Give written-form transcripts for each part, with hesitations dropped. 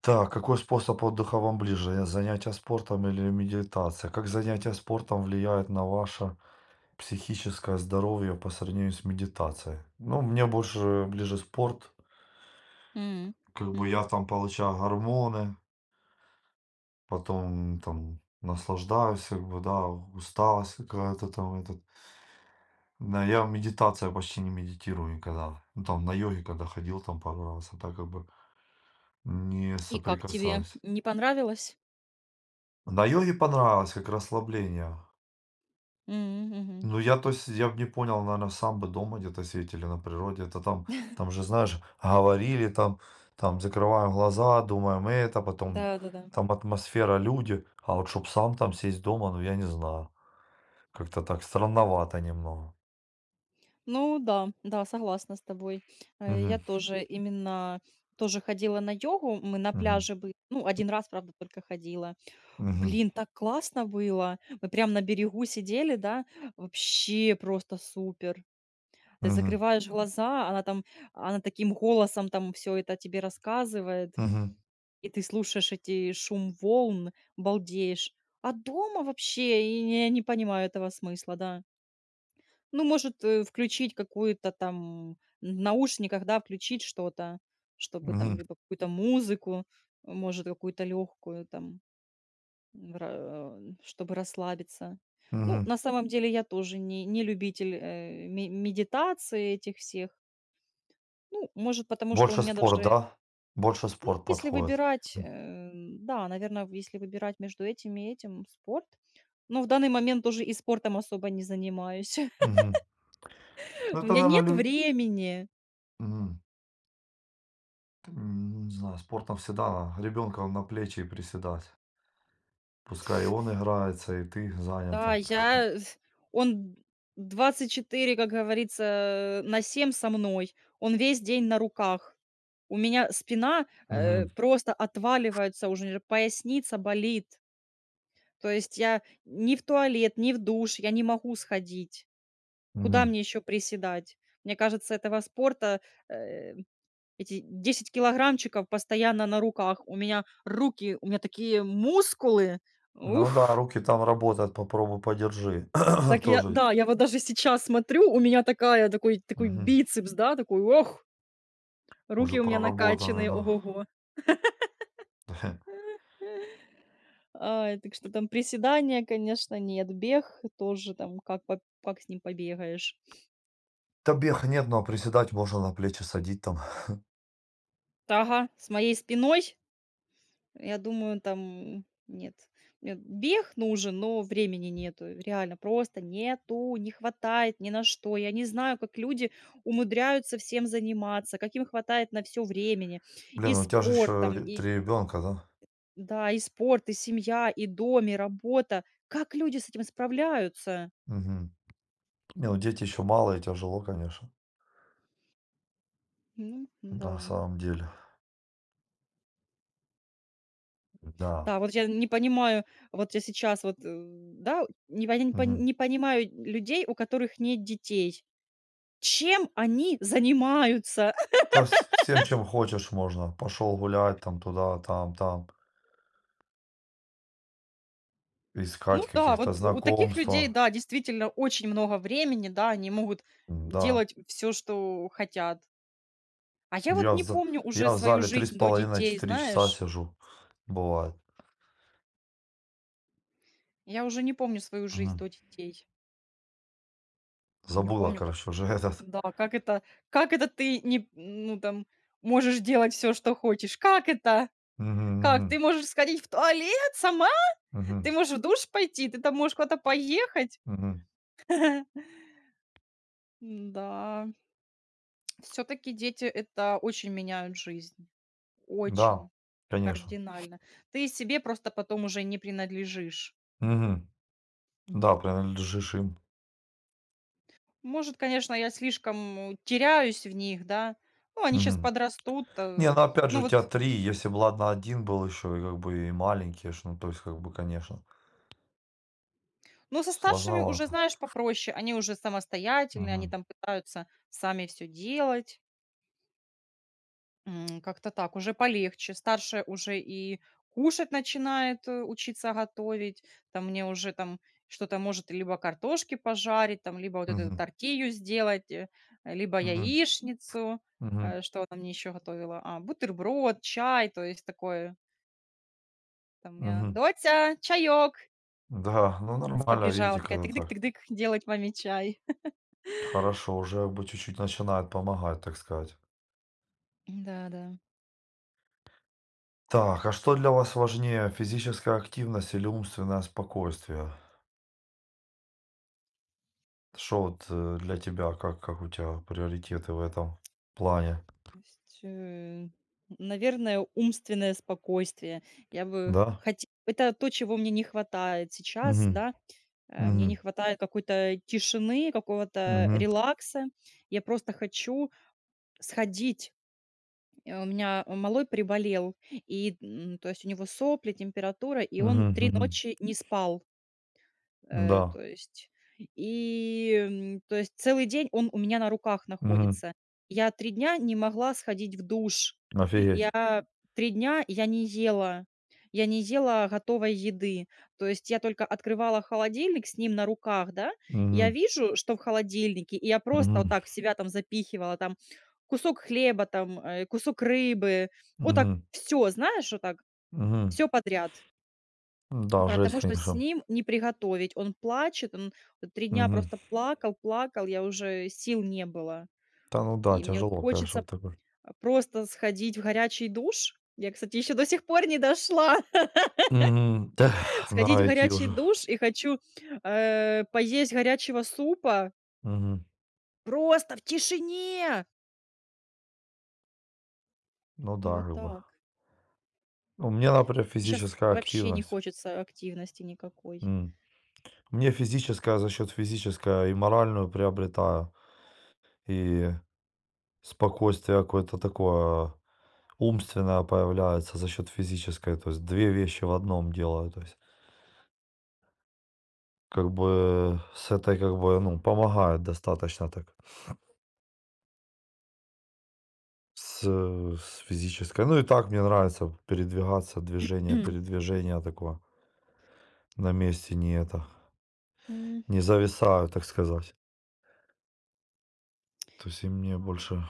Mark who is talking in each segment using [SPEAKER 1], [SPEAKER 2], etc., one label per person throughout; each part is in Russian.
[SPEAKER 1] Так, какой способ отдыха вам ближе? Занятия спортом или медитация? Как занятия спортом влияет на ваше психическое здоровье по сравнению с медитацией? Ну, мне больше ближе спорт.
[SPEAKER 2] М.
[SPEAKER 1] Как бы
[SPEAKER 2] Мгм.
[SPEAKER 1] я там получаю гормоны, потом там наслаждаюсь, как бы, да, усталость какая-то там этот. Да, я медитация почти не медитирую никогда. Ну, там на йоге, когда ходил, там пару раз, а так как бы не
[SPEAKER 2] И как тебе?
[SPEAKER 1] соприкасаюсь.
[SPEAKER 2] Не понравилось?
[SPEAKER 1] На йоге понравилось, как расслабление.
[SPEAKER 2] М, мгм.
[SPEAKER 1] Ну, я, то есть, я бы не понял, наверное, сам бы дома где-то сидеть или на природе. Это там, там же, знаешь, говорили, там, там закрываем глаза, думаем это, потом
[SPEAKER 2] Да-да-да.
[SPEAKER 1] там атмосфера, люди. А вот чтоб сам там сесть дома, ну, я не знаю. Как-то так странновато немного.
[SPEAKER 2] Ну да, да, согласна с тобой.
[SPEAKER 1] Мгм.
[SPEAKER 2] Я тоже именно тоже ходила на йогу. Мы на
[SPEAKER 1] Мгм.
[SPEAKER 2] пляже бы ну, один раз, правда, только ходила.
[SPEAKER 1] Мгм.
[SPEAKER 2] Блин, так классно было! Мы прям на берегу сидели, да, вообще просто супер. Ты
[SPEAKER 1] Мгм.
[SPEAKER 2] закрываешь глаза, она таким голосом там все это тебе рассказывает.
[SPEAKER 1] Мгм.
[SPEAKER 2] И ты слушаешь эти шум волн, балдеешь. А дома вообще и я не понимаю этого смысла, да. Ну, может, включить какую-то там в наушниках, да, включить что-то, чтобы там
[SPEAKER 1] Мгм.
[SPEAKER 2] либо какую-то музыку, может, какую-то легкую там, чтобы расслабиться. Ну,
[SPEAKER 1] Мгм.
[SPEAKER 2] на самом Мгм. Деле я тоже не любитель медитации этих всех. Ну, может, потому что у
[SPEAKER 1] Больше
[SPEAKER 2] меня
[SPEAKER 1] спорт,
[SPEAKER 2] даже.
[SPEAKER 1] да? Больше спорт
[SPEAKER 2] Если
[SPEAKER 1] подходит.
[SPEAKER 2] выбирать,
[SPEAKER 1] М.
[SPEAKER 2] да, наверное, если выбирать между этим и этим — спорт. Но в данный момент тоже и спортом особо не занимаюсь.
[SPEAKER 1] Мгм. Ну,
[SPEAKER 2] У
[SPEAKER 1] это,
[SPEAKER 2] меня
[SPEAKER 1] наверное,
[SPEAKER 2] нет
[SPEAKER 1] лю...
[SPEAKER 2] времени.
[SPEAKER 1] Мгм. Не знаю, спортом всегда ребенка на плечи и приседать. Пускай он играется, и ты
[SPEAKER 2] Да,
[SPEAKER 1] занята.
[SPEAKER 2] он 24, как говорится, на 7 со мной. Он весь день на руках. У меня спина,
[SPEAKER 1] Мгм,
[SPEAKER 2] просто отваливается уже, поясница болит. То есть я ни в туалет, ни в душ я не могу сходить. Куда
[SPEAKER 1] мгм.
[SPEAKER 2] мне еще приседать? Мне кажется, этого спорта, э, эти 10 килограммчиков постоянно на руках. У меня руки, у меня такие мускулы.
[SPEAKER 1] Ну да,
[SPEAKER 2] Ух,
[SPEAKER 1] руки там работают, попробуй подержи.
[SPEAKER 2] так я,
[SPEAKER 1] Тоже,
[SPEAKER 2] да, я вот даже сейчас смотрю, у меня такая, такой
[SPEAKER 1] мгм,
[SPEAKER 2] бицепс, да, такой, ох,
[SPEAKER 1] уже
[SPEAKER 2] руки у меня
[SPEAKER 1] проработанный,
[SPEAKER 2] накачанные,
[SPEAKER 1] да.
[SPEAKER 2] ого-го. А, так что там приседания, конечно, нет, бег тоже там, как, как с ним побегаешь.
[SPEAKER 1] Да бег нет, но приседать можно, на плечи садить там.
[SPEAKER 2] Ага, с моей спиной я думаю, там нет. Нет, бег нужен, но времени нету. Реально, просто нету, не хватает ни на что. Я не знаю, как люди умудряются всем заниматься, как им хватает на все времени.
[SPEAKER 1] Блин,
[SPEAKER 2] И
[SPEAKER 1] ну у тебя же еще
[SPEAKER 2] спортом, и
[SPEAKER 1] 3 ребенка, да?
[SPEAKER 2] да, и спорт, и семья, и дом, и работа. Как люди с этим справляются?
[SPEAKER 1] Мгм. Не, ну дети еще малые, тяжело, конечно.
[SPEAKER 2] Ну, да.
[SPEAKER 1] На самом деле. Да.
[SPEAKER 2] Да, вот я не понимаю, вот я сейчас вот, да,
[SPEAKER 1] Мгм.
[SPEAKER 2] не понимаю людей, у которых нет детей. Чем они занимаются?
[SPEAKER 1] Да всем, чем хочешь, можно. Пошел гулять там туда, там, там. Искать
[SPEAKER 2] Ну да,
[SPEAKER 1] каких-то
[SPEAKER 2] вот у таких людей,
[SPEAKER 1] знакомства.
[SPEAKER 2] да, действительно очень много времени, да, они могут
[SPEAKER 1] Да.
[SPEAKER 2] делать все, что хотят. А я вот
[SPEAKER 1] Я в
[SPEAKER 2] не
[SPEAKER 1] за
[SPEAKER 2] помню уже
[SPEAKER 1] я в
[SPEAKER 2] свою
[SPEAKER 1] зале
[SPEAKER 2] жизнь до детей,
[SPEAKER 1] 3,5-4 часа
[SPEAKER 2] знаешь?
[SPEAKER 1] сижу, бывает.
[SPEAKER 2] Я уже не помню свою жизнь
[SPEAKER 1] Мгм.
[SPEAKER 2] до детей. Я не
[SPEAKER 1] Забыла,
[SPEAKER 2] помню, как
[SPEAKER 1] короче, уже этот.
[SPEAKER 2] Да, как это ты не ну, там, можешь делать все, что хочешь? Как это?
[SPEAKER 1] Мгм,
[SPEAKER 2] Как? Ты
[SPEAKER 1] мгм,
[SPEAKER 2] можешь сходить в туалет сама? Ты
[SPEAKER 1] мгм,
[SPEAKER 2] можешь в душ пойти? Ты там можешь куда-то поехать?
[SPEAKER 1] мгм.
[SPEAKER 2] Да, все таки дети — это очень меняют жизнь,
[SPEAKER 1] Да,
[SPEAKER 2] очень
[SPEAKER 1] конечно.
[SPEAKER 2] кардинально. Ты себе просто потом уже не принадлежишь.
[SPEAKER 1] Мгм. Да, принадлежишь им.
[SPEAKER 2] Может, конечно, я слишком теряюсь в них, да. Ну, они сейчас
[SPEAKER 1] Мгм.
[SPEAKER 2] подрастут,
[SPEAKER 1] Не, ну опять же,
[SPEAKER 2] Ну
[SPEAKER 1] у
[SPEAKER 2] вот,
[SPEAKER 1] тебя 3. Если бы, ладно, один был еще и как бы и маленький, ж, ну то есть как бы, конечно,
[SPEAKER 2] но со старшими уже,
[SPEAKER 1] сложновато.
[SPEAKER 2] знаешь, попроще. Они уже самостоятельные, они
[SPEAKER 1] Мгм,
[SPEAKER 2] там пытаются сами все делать. М, как-то так, уже полегче. Старшая уже и кушать начинает, учиться готовить. Там мне уже там что-то может либо картошки пожарить, там, либо вот эту
[SPEAKER 1] мгм,
[SPEAKER 2] тортилью сделать, либо
[SPEAKER 1] мгм,
[SPEAKER 2] яичницу.
[SPEAKER 1] мгм,
[SPEAKER 2] Что она мне еще готовила? А, бутерброд, чай, то есть такое. Там я:
[SPEAKER 1] мгм.
[SPEAKER 2] "Дотя, чаек!"
[SPEAKER 1] Да, ну
[SPEAKER 2] С
[SPEAKER 1] нормально,
[SPEAKER 2] Побежала
[SPEAKER 1] видите,
[SPEAKER 2] такая
[SPEAKER 1] когда так.
[SPEAKER 2] тык-дык-тык-дык делать маме чай.
[SPEAKER 1] Хорошо, уже как бы чуть-чуть начинает помогать, так сказать.
[SPEAKER 2] Да-да.
[SPEAKER 1] Так, а что для вас важнее, физическая активность или умственное спокойствие? Что вот для тебя, как у тебя приоритеты в этом плане?
[SPEAKER 2] То есть, наверное, умственное спокойствие. Я бы
[SPEAKER 1] Да?
[SPEAKER 2] хоте это то, чего мне не хватает сейчас,
[SPEAKER 1] Угу,
[SPEAKER 2] да. Мне
[SPEAKER 1] угу,
[SPEAKER 2] не хватает какой-то тишины, какого-то
[SPEAKER 1] угу,
[SPEAKER 2] релакса. Я просто хочу сходить. У меня малой приболел, то есть у него сопли, температура, и
[SPEAKER 1] угу,
[SPEAKER 2] он 3
[SPEAKER 1] угу.
[SPEAKER 2] ночи не спал.
[SPEAKER 1] Да,
[SPEAKER 2] Э, то есть То есть целый день он у меня на руках
[SPEAKER 1] угу,
[SPEAKER 2] находится. Я 3 дня не могла сходить в душ.
[SPEAKER 1] офигеть.
[SPEAKER 2] Я 3 дня я не ела, я не ела готовой еды. То есть я только открывала холодильник с ним на руках, да, и я
[SPEAKER 1] Угу,
[SPEAKER 2] вижу, что в холодильнике, и я просто
[SPEAKER 1] угу,
[SPEAKER 2] вот так в себя там запихивала там кусок хлеба, там, кусок рыбы. Вот так
[SPEAKER 1] угу,
[SPEAKER 2] все, знаешь, вот так
[SPEAKER 1] угу.
[SPEAKER 2] все подряд.
[SPEAKER 1] Да, жесть,
[SPEAKER 2] Потому что с
[SPEAKER 1] конечно.
[SPEAKER 2] ним не приготовить. Он плачет, он 3 дня
[SPEAKER 1] Угу.
[SPEAKER 2] просто плакал, плакал, я уже сил не было.
[SPEAKER 1] Да, ну да,
[SPEAKER 2] И мне
[SPEAKER 1] тяжело, конечно,
[SPEAKER 2] хочется
[SPEAKER 1] вот такой.
[SPEAKER 2] просто сходить в горячий душ. Я, кстати, еще до сих пор не дошла.
[SPEAKER 1] Угу,
[SPEAKER 2] Сходить в
[SPEAKER 1] надо идти
[SPEAKER 2] горячий
[SPEAKER 1] уже.
[SPEAKER 2] душ и хочу, поесть горячего супа
[SPEAKER 1] Угу.
[SPEAKER 2] просто в тишине.
[SPEAKER 1] Ну да,
[SPEAKER 2] Вот
[SPEAKER 1] как бы.
[SPEAKER 2] так.
[SPEAKER 1] У меня, например,
[SPEAKER 2] Сейчас
[SPEAKER 1] физическая
[SPEAKER 2] вообще не
[SPEAKER 1] активность.
[SPEAKER 2] хочется активности никакой.
[SPEAKER 1] М. Мне физическое а за счет физическое и моральную приобретаю, и спокойствие какое-то такое умственное появляется за счет физической. То есть 2 вещи в одном делаю. То есть как бы с этой как бы, ну, помогает достаточно так с, с физической. Ну и так мне нравится передвигаться, движение,
[SPEAKER 2] М,
[SPEAKER 1] передвижение такое. На месте не это,
[SPEAKER 2] не
[SPEAKER 1] не зависаю, так сказать. То есть и мне больше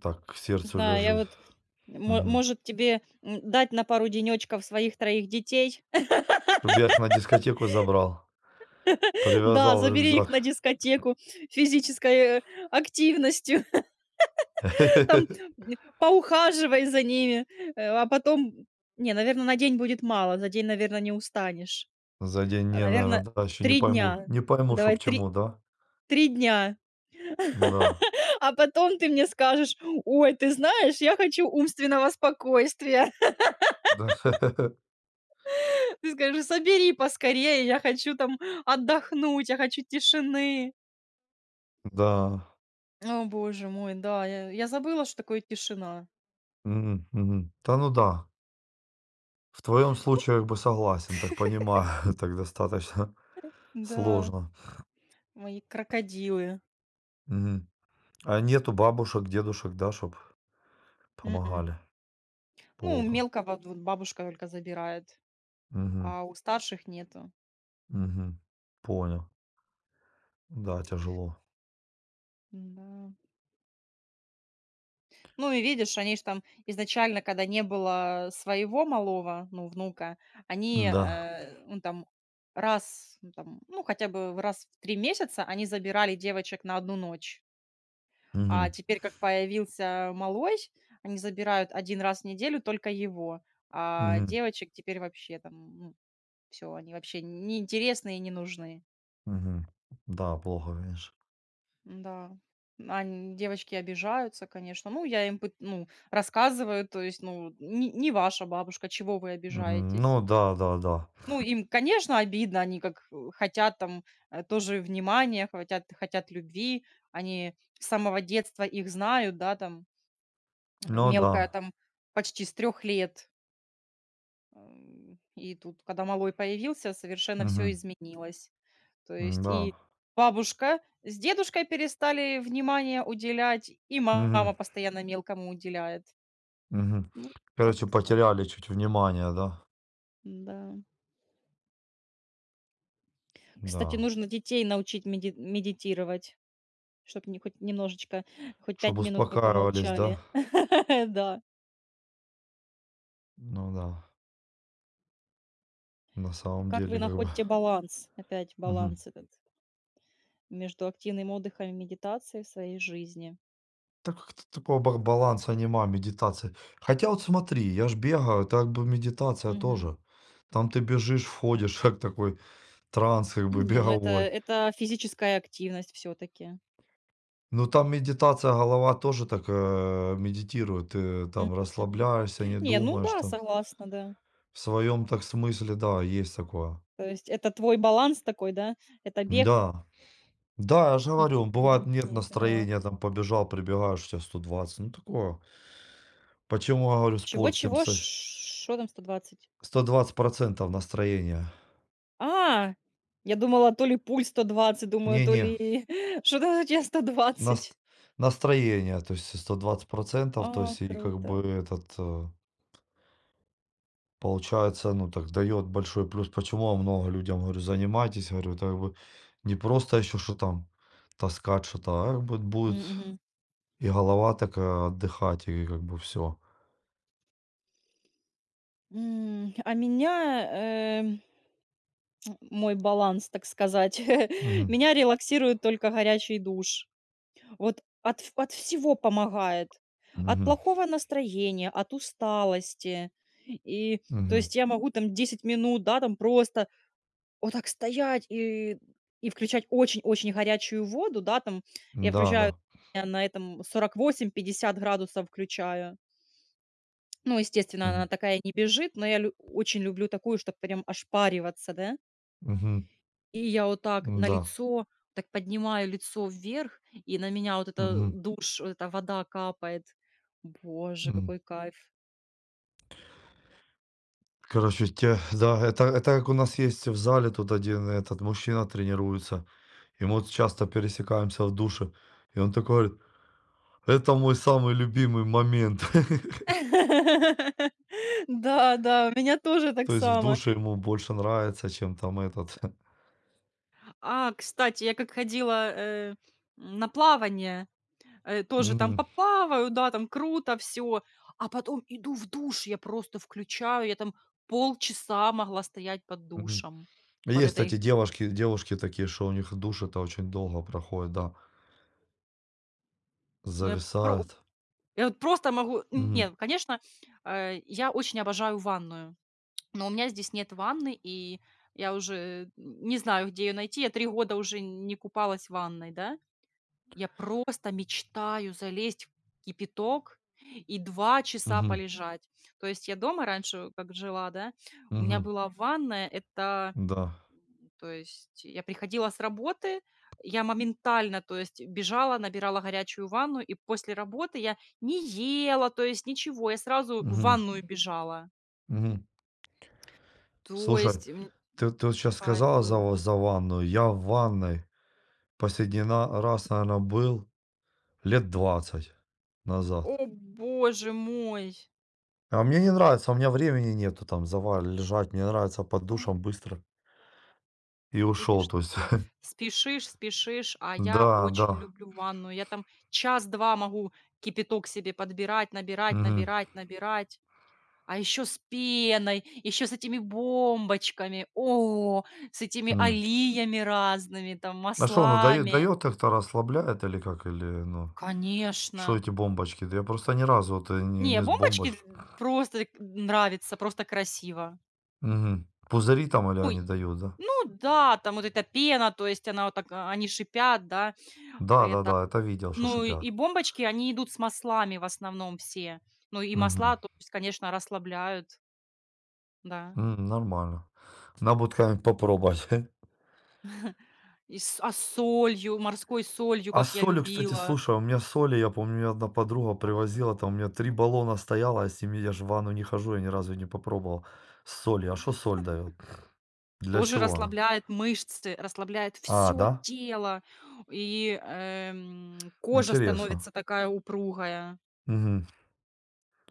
[SPEAKER 1] так к сердцу
[SPEAKER 2] знаю, я
[SPEAKER 1] лежит.
[SPEAKER 2] вот мо
[SPEAKER 1] Мгм.
[SPEAKER 2] может, тебе, дать на пару денечков своих 3 детей?
[SPEAKER 1] Чтоб я их на дискотеку забрал.
[SPEAKER 2] Да,
[SPEAKER 1] Привязал в
[SPEAKER 2] забери их на
[SPEAKER 1] рюкзак.
[SPEAKER 2] дискотеку физической, активностью. Там поухаживай за ними, а потом не, наверное, на день будет мало, за день, наверное, не устанешь.
[SPEAKER 1] За день не, наверно,
[SPEAKER 2] Наверное,
[SPEAKER 1] да, еще не
[SPEAKER 2] 3
[SPEAKER 1] пойму.
[SPEAKER 2] дня.
[SPEAKER 1] Не пойму, что к
[SPEAKER 2] Давай 3
[SPEAKER 1] чему, да?
[SPEAKER 2] дня,
[SPEAKER 1] Да,
[SPEAKER 2] а потом ты мне скажешь: "Ой, ты знаешь, я хочу умственного спокойствия".
[SPEAKER 1] да.
[SPEAKER 2] Ты скажешь: "Собери поскорее, я хочу там отдохнуть, я хочу тишины".
[SPEAKER 1] Да.
[SPEAKER 2] О, боже мой, да, я забыла, что такое тишина.
[SPEAKER 1] Мгм, мгм. Да, ну да. В твоем случае как бы согласен, так понимаю, так достаточно
[SPEAKER 2] Да,
[SPEAKER 1] сложно.
[SPEAKER 2] мои крокодилы.
[SPEAKER 1] Мгм. А нету бабушек, дедушек, да, чтоб
[SPEAKER 2] М.
[SPEAKER 1] помогали?
[SPEAKER 2] Ну,
[SPEAKER 1] Плохо.
[SPEAKER 2] мелкого вот бабушка только забирает.
[SPEAKER 1] Мгм,
[SPEAKER 2] А у старших нету.
[SPEAKER 1] мгм. Понял. Да, тяжело.
[SPEAKER 2] Да. Ну и видишь, они ж там изначально, когда не было своего малого, ну, внука, они,
[SPEAKER 1] Да.
[SPEAKER 2] ну, там раз, ну, там, ну, хотя бы в раз в 3 месяца они забирали девочек на одну ночь. А
[SPEAKER 1] Мгм,
[SPEAKER 2] теперь, как появился малой, они забирают один раз в неделю только его, а
[SPEAKER 1] мгм,
[SPEAKER 2] девочек теперь вообще там, все, они вообще неинтересны и не нужны.
[SPEAKER 1] мгм. Да, плохо, конечно.
[SPEAKER 2] Да. Ань, девочки обижаются, конечно. Ну, я им пыт ну, рассказываю, то есть, ну, не ваша бабушка, чего вы
[SPEAKER 1] Мгм.
[SPEAKER 2] обижаетесь?
[SPEAKER 1] Ну да, да, да.
[SPEAKER 2] Ну, им, конечно, обидно, они как, хотят там, тоже внимания, хотят любви. Они с самого детства их знают, да, там,
[SPEAKER 1] Ну да.
[SPEAKER 2] мелкая там почти с 3 лет. И тут, когда малой появился, совершенно все
[SPEAKER 1] Мгм.
[SPEAKER 2] изменилось. То есть
[SPEAKER 1] Да.
[SPEAKER 2] и бабушка с дедушкой перестали внимание уделять, и
[SPEAKER 1] Мгм.
[SPEAKER 2] мама постоянно мелкому уделяет.
[SPEAKER 1] Мгм.
[SPEAKER 2] Ну,
[SPEAKER 1] Короче,
[SPEAKER 2] как-то так.
[SPEAKER 1] потеряли чуть внимание, да?
[SPEAKER 2] Да. Кстати,
[SPEAKER 1] Да.
[SPEAKER 2] нужно детей научить медитировать, чтобы хоть немножечко, хоть пять
[SPEAKER 1] Чтобы
[SPEAKER 2] минут бы
[SPEAKER 1] успокаивались, да?
[SPEAKER 2] помолчали. Да.
[SPEAKER 1] Ну да. На
[SPEAKER 2] А
[SPEAKER 1] самом
[SPEAKER 2] как вы
[SPEAKER 1] деле, как бы.
[SPEAKER 2] находите баланс, опять
[SPEAKER 1] Мгм.
[SPEAKER 2] баланс этот, между активным отдыхом и медитацией в своей жизни?
[SPEAKER 1] Так как-то такого ба баланса нема, медитации. Хотя вот смотри, я ж бегаю, так бы медитация
[SPEAKER 2] Мгм.
[SPEAKER 1] тоже. Там ты бежишь, входишь, как такой транс как бы
[SPEAKER 2] Не, ну
[SPEAKER 1] беговой.
[SPEAKER 2] это физическая активность все-таки.
[SPEAKER 1] Ну там медитация, голова тоже так, медитирует. Ты там расслабляешься, не
[SPEAKER 2] Не, ну
[SPEAKER 1] думаешь
[SPEAKER 2] да,
[SPEAKER 1] там.
[SPEAKER 2] согласна, да.
[SPEAKER 1] В своем так смысле, да, есть такое.
[SPEAKER 2] То есть это твой баланс такой, да? Это бег.
[SPEAKER 1] Да, да, я же говорю, бывает
[SPEAKER 2] Мгм.
[SPEAKER 1] нет
[SPEAKER 2] Я поняла.
[SPEAKER 1] настроения, там побежал, прибегаешь, у тебя 120 ну такое. Почему я говорю спорт всем
[SPEAKER 2] Чего-чего?
[SPEAKER 1] со
[SPEAKER 2] Что там 120?
[SPEAKER 1] 120% настроения.
[SPEAKER 2] А, я думала, то ли пульс 120, думаю, то
[SPEAKER 1] Не-не,
[SPEAKER 2] ли что там у тебя
[SPEAKER 1] нас
[SPEAKER 2] 120.
[SPEAKER 1] настроение, то есть 120% то
[SPEAKER 2] А,
[SPEAKER 1] есть и как
[SPEAKER 2] круто.
[SPEAKER 1] бы этот, получается, ну так дает большой плюс. Почему я много людям говорю: "Занимайтесь". Говорю, это как бы не просто еще что там таскать что-то, а как бы будет.
[SPEAKER 2] Мгм.
[SPEAKER 1] И голова такая отдыхать, и как бы все.
[SPEAKER 2] М, а меня, э, мой баланс, так сказать,
[SPEAKER 1] Мгм.
[SPEAKER 2] меня релаксирует только горячий душ. От всего помогает. От
[SPEAKER 1] Мгм.
[SPEAKER 2] плохого настроения, от усталости. И, то
[SPEAKER 1] Мгм.
[SPEAKER 2] есть, я могу там 10 минут, да, там просто вот так стоять и включать очень-очень горячую воду, да, там. Я включаю,
[SPEAKER 1] Да-да.
[SPEAKER 2] я на этом 48, 50 градусов включаю. Ну, естественно,
[SPEAKER 1] Мгм.
[SPEAKER 2] она такая не бежит, но я лю очень люблю такую, чтобы прям ошпариваться, да.
[SPEAKER 1] Мгм.
[SPEAKER 2] И я вот так на
[SPEAKER 1] Да.
[SPEAKER 2] лицо так поднимаю лицо вверх, и на меня вот это
[SPEAKER 1] Мгм.
[SPEAKER 2] душ, вот эта вода капает. Боже,
[SPEAKER 1] Мгм.
[SPEAKER 2] какой кайф!
[SPEAKER 1] Короче, те да, это как у нас есть в зале тут один этот мужчина тренируется, и мы вот часто пересекаемся в душе. И он такой говорит: "Это мой самый любимый момент".
[SPEAKER 2] Да, да, у меня тоже так
[SPEAKER 1] То есть в
[SPEAKER 2] само.
[SPEAKER 1] душе ему больше нравится, чем там этот.
[SPEAKER 2] А, кстати, я как ходила, на плавание, тоже там
[SPEAKER 1] Мгм.
[SPEAKER 2] поплаваю, да, там круто все. А потом иду в душ, я просто включаю, я там полчаса могла стоять под
[SPEAKER 1] Мгм.
[SPEAKER 2] душем, под
[SPEAKER 1] Есть, кстати,
[SPEAKER 2] этой,
[SPEAKER 1] девушки такие, что у них душ это очень долго проходит, да,
[SPEAKER 2] ну, я про
[SPEAKER 1] зависает.
[SPEAKER 2] я вот просто могу.
[SPEAKER 1] Мгм.
[SPEAKER 2] Нет, конечно, я очень обожаю ванную, но у меня здесь нет ванны, и я уже не знаю, где ее найти. Я 3 года уже не купалась в ванной, да. Я просто мечтаю залезть в кипяток и 2 часа
[SPEAKER 1] Мгм.
[SPEAKER 2] полежать. То есть я дома раньше, как жила, да, у меня
[SPEAKER 1] Мгм.
[SPEAKER 2] была ванная. Это
[SPEAKER 1] Да.
[SPEAKER 2] то есть я приходила с работы, я моментально, то есть бежала, набирала горячую ванну, и после работы я не ела, то есть ничего, я сразу в
[SPEAKER 1] Мгм.
[SPEAKER 2] ванную бежала.
[SPEAKER 1] Мгм.
[SPEAKER 2] То
[SPEAKER 1] Слушай,
[SPEAKER 2] есть м,
[SPEAKER 1] ты вот сейчас
[SPEAKER 2] кайф
[SPEAKER 1] сказала за
[SPEAKER 2] был.
[SPEAKER 1] ва за ванную. Я в ванной последний на раз, наверно, был лет 20 назад.
[SPEAKER 2] О боже мой!
[SPEAKER 1] А мне не нравится, у меня времени нету там за ва лежать. Мне нравится под
[SPEAKER 2] М,
[SPEAKER 1] душем быстро и ушел.
[SPEAKER 2] видишь,
[SPEAKER 1] То
[SPEAKER 2] ты
[SPEAKER 1] есть
[SPEAKER 2] все спешишь, спешишь, а я
[SPEAKER 1] да,
[SPEAKER 2] очень
[SPEAKER 1] да.
[SPEAKER 2] люблю ванную. Я там час-два могу кипяток себе подбирать, набирать,
[SPEAKER 1] Мгм.
[SPEAKER 2] набирать, набирать. А еще с пеной, еще с этими бомбочками, о, с этими
[SPEAKER 1] М.
[SPEAKER 2] алиями разными, там,
[SPEAKER 1] А что оно дает
[SPEAKER 2] маслами.
[SPEAKER 1] дает как-то, расслабляет или как? Или, ну, что
[SPEAKER 2] Конечно.
[SPEAKER 1] эти бомбочки? Да я просто ни разу вот, не
[SPEAKER 2] Не,
[SPEAKER 1] не с
[SPEAKER 2] бомбочки
[SPEAKER 1] бомбочкой.
[SPEAKER 2] просто нравится, просто красиво.
[SPEAKER 1] Мгм. Пузыри там или
[SPEAKER 2] Ой,
[SPEAKER 1] они дают, да?
[SPEAKER 2] ну да, там вот эта пена, то есть она вот так, а, они шипят, да, это.
[SPEAKER 1] Да-да-да, это видел, что
[SPEAKER 2] Ну
[SPEAKER 1] шипят.
[SPEAKER 2] и бомбочки, они идут с маслами в основном все. Ну и
[SPEAKER 1] Мгм.
[SPEAKER 2] масла, то есть, конечно, расслабляют, да.
[SPEAKER 1] М, нормально. Надо будет как-нибудь попробовать.
[SPEAKER 2] И с солью, морской солью,
[SPEAKER 1] А с
[SPEAKER 2] как я
[SPEAKER 1] солью, кстати,
[SPEAKER 2] любила.
[SPEAKER 1] слушай, у меня соли, я помню, мне одна подруга
[SPEAKER 2] Кайф
[SPEAKER 1] привозила,
[SPEAKER 2] такой.
[SPEAKER 1] там у меня 3 баллона стояло, а с ними я ж в ванну не хожу, я ни разу не попробовал с солью. А что соль дает? Для
[SPEAKER 2] Тоже
[SPEAKER 1] чего она?
[SPEAKER 2] расслабляет мышцы, расслабляет
[SPEAKER 1] А,
[SPEAKER 2] все
[SPEAKER 1] да?
[SPEAKER 2] тело, и, кожа
[SPEAKER 1] Интересно.
[SPEAKER 2] становится такая упругая.
[SPEAKER 1] Мгм.